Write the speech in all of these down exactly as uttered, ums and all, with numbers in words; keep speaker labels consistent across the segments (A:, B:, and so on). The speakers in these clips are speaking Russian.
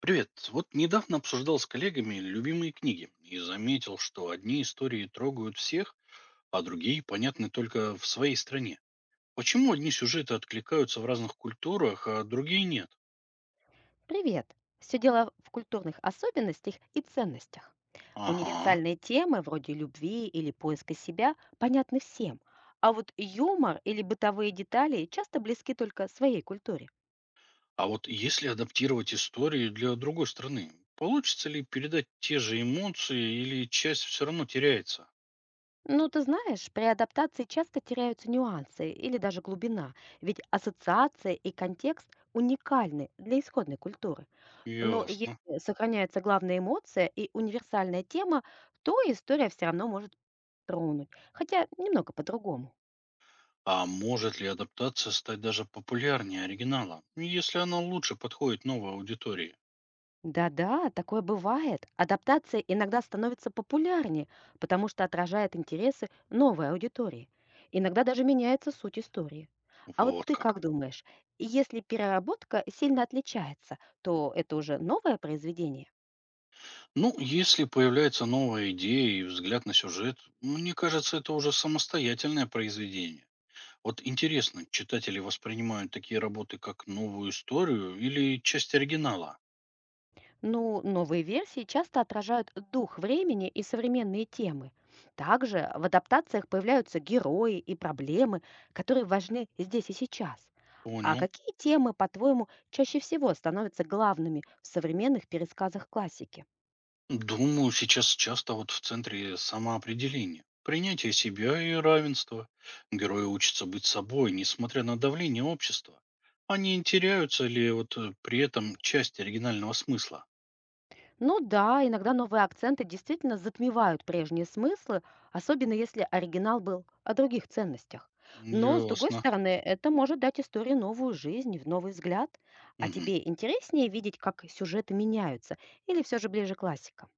A: Привет. Вот недавно обсуждал с коллегами любимые книги и заметил, что одни истории трогают всех, а другие понятны только в своей стране. Почему одни сюжеты откликаются в разных культурах, а другие нет?
B: Привет! Все дело в культурных особенностях и ценностях.
A: Ага.
B: Универсальные темы вроде любви или поиска себя понятны всем, а вот юмор или бытовые детали часто близки только своей культуре.
A: А вот если адаптировать истории для другой страны, получится ли передать те же эмоции или часть все равно теряется?
B: Ну, ты знаешь, при адаптации часто теряются нюансы или даже глубина, ведь ассоциация и контекст уникальны для исходной культуры. Но
A: Ясно.
B: если сохраняется главная эмоция и универсальная тема, то история все равно может тронуть, хотя немного по-другому.
A: А может ли адаптация стать даже популярнее оригинала, если она лучше подходит новой аудитории?
B: Да-да, такое бывает. Адаптация иногда становится популярнее, потому что отражает интересы новой аудитории. Иногда даже меняется суть истории. А вот
A: Вот
B: ты как
A: как.
B: думаешь, если переработка сильно отличается, то это уже новое произведение?
A: Ну, если появляется новая идея и взгляд на сюжет, мне кажется, это уже самостоятельное произведение. Вот интересно, читатели воспринимают такие работы как новую историю или часть оригинала?
B: Ну, новые версии часто отражают дух времени и современные темы. Также в адаптациях появляются герои и проблемы, которые важны здесь и сейчас. А
A: Понял.
B: какие темы, по-твоему, чаще всего становятся главными в современных пересказах классики?
A: Думаю, сейчас часто вот в центре самоопределение. Принятие себя и равенство. Герои учатся быть собой, несмотря на давление общества. Они не теряются ли вот э, при этом часть оригинального смысла?
B: Ну да, иногда новые акценты действительно затмевают прежние смыслы, особенно если оригинал был о других ценностях. Но, с другой
A: Ясно.
B: стороны, это может дать истории новую жизнь, в новый взгляд. А
A: Мгм.
B: тебе интереснее видеть, как сюжеты меняются, или все же ближе классика?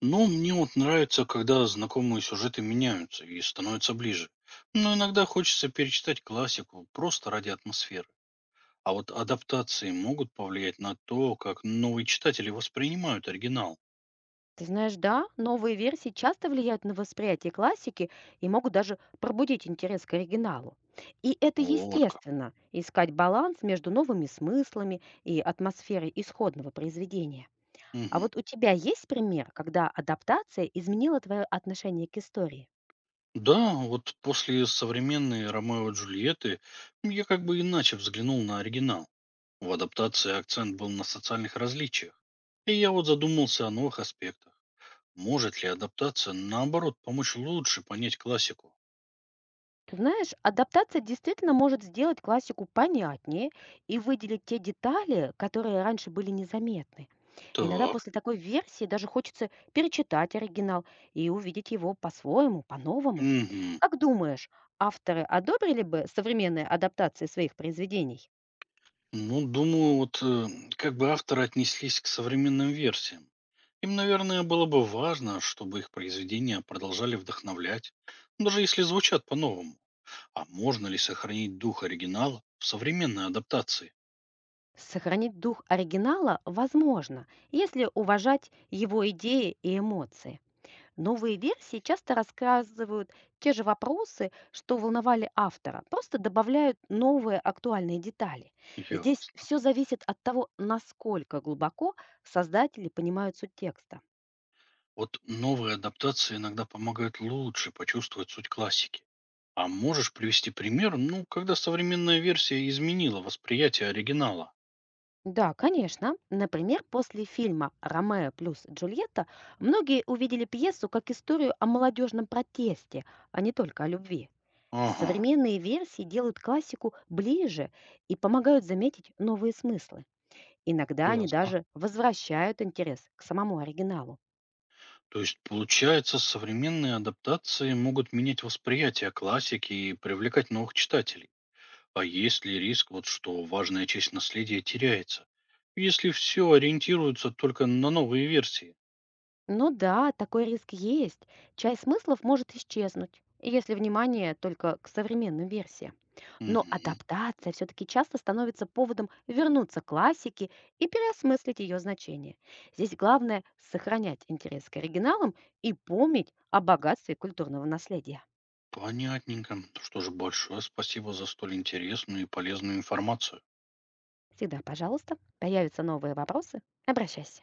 A: Ну, мне вот нравится, когда знакомые сюжеты меняются и становятся ближе. Но иногда хочется перечитать классику просто ради атмосферы. А вот адаптации могут повлиять на то, как новые читатели воспринимают оригинал.
B: Ты знаешь, да, новые версии часто влияют на восприятие классики и могут даже пробудить интерес к оригиналу. И это
A: Вот как.
B: естественно, искать баланс между новыми смыслами и атмосферой исходного произведения. А
A: Мгм.
B: вот у тебя есть пример, когда адаптация изменила твое отношение к истории?
A: Да, вот после современной Ромео и Джульетты я как бы иначе взглянул на оригинал. В адаптации акцент был на социальных различиях. И я вот задумался о новых аспектах. Может ли адаптация, наоборот, помочь лучше понять классику?
B: Ты знаешь, адаптация действительно может сделать классику понятнее и выделить те детали, которые раньше были незаметны. Иногда
A: Так.
B: после такой версии даже хочется перечитать оригинал и увидеть его по-своему, по-новому.
A: Мгм.
B: Как думаешь, авторы одобрили бы современные адаптации своих произведений?
A: Ну, думаю, вот э, как бы авторы отнеслись к современным версиям. Им, наверное, было бы важно, чтобы их произведения продолжали вдохновлять, даже если звучат по-новому. А можно ли сохранить дух оригинала в современной адаптации?
B: Сохранить дух оригинала возможно, если уважать его идеи и эмоции. Новые версии часто рассказывают те же вопросы, что волновали автора, просто добавляют новые актуальные детали. Здесь
A: Ясно.
B: все зависит от того, насколько глубоко создатели понимают суть текста.
A: Вот новые адаптации иногда помогают лучше почувствовать суть классики. А можешь привести пример, ну, когда современная версия изменила восприятие оригинала?
B: Да, конечно. Например, после фильма «Ромео плюс Джульетта» многие увидели пьесу как историю о молодежном протесте, а не только о любви.
A: Ага,
B: Современные версии делают классику ближе и помогают заметить новые смыслы. Иногда они
A: ясно.
B: даже возвращают интерес к самому оригиналу.
A: То есть, получается, современные адаптации могут менять восприятие классики и привлекать новых читателей. А есть ли риск, вот, что важная часть наследия теряется, если все ориентируется только на новые версии?
B: Ну да, такой риск есть. Чай смыслов может исчезнуть, если внимание только к современным версиям. Но
A: Мгм.
B: адаптация все-таки часто становится поводом вернуться к классике и переосмыслить ее значение. Здесь главное сохранять интерес к оригиналам и помнить о богатстве культурного наследия.
A: Понятненько. Ну что ж, большое спасибо за столь интересную и полезную информацию.
B: Всегда, пожалуйста, появятся новые вопросы, обращайся.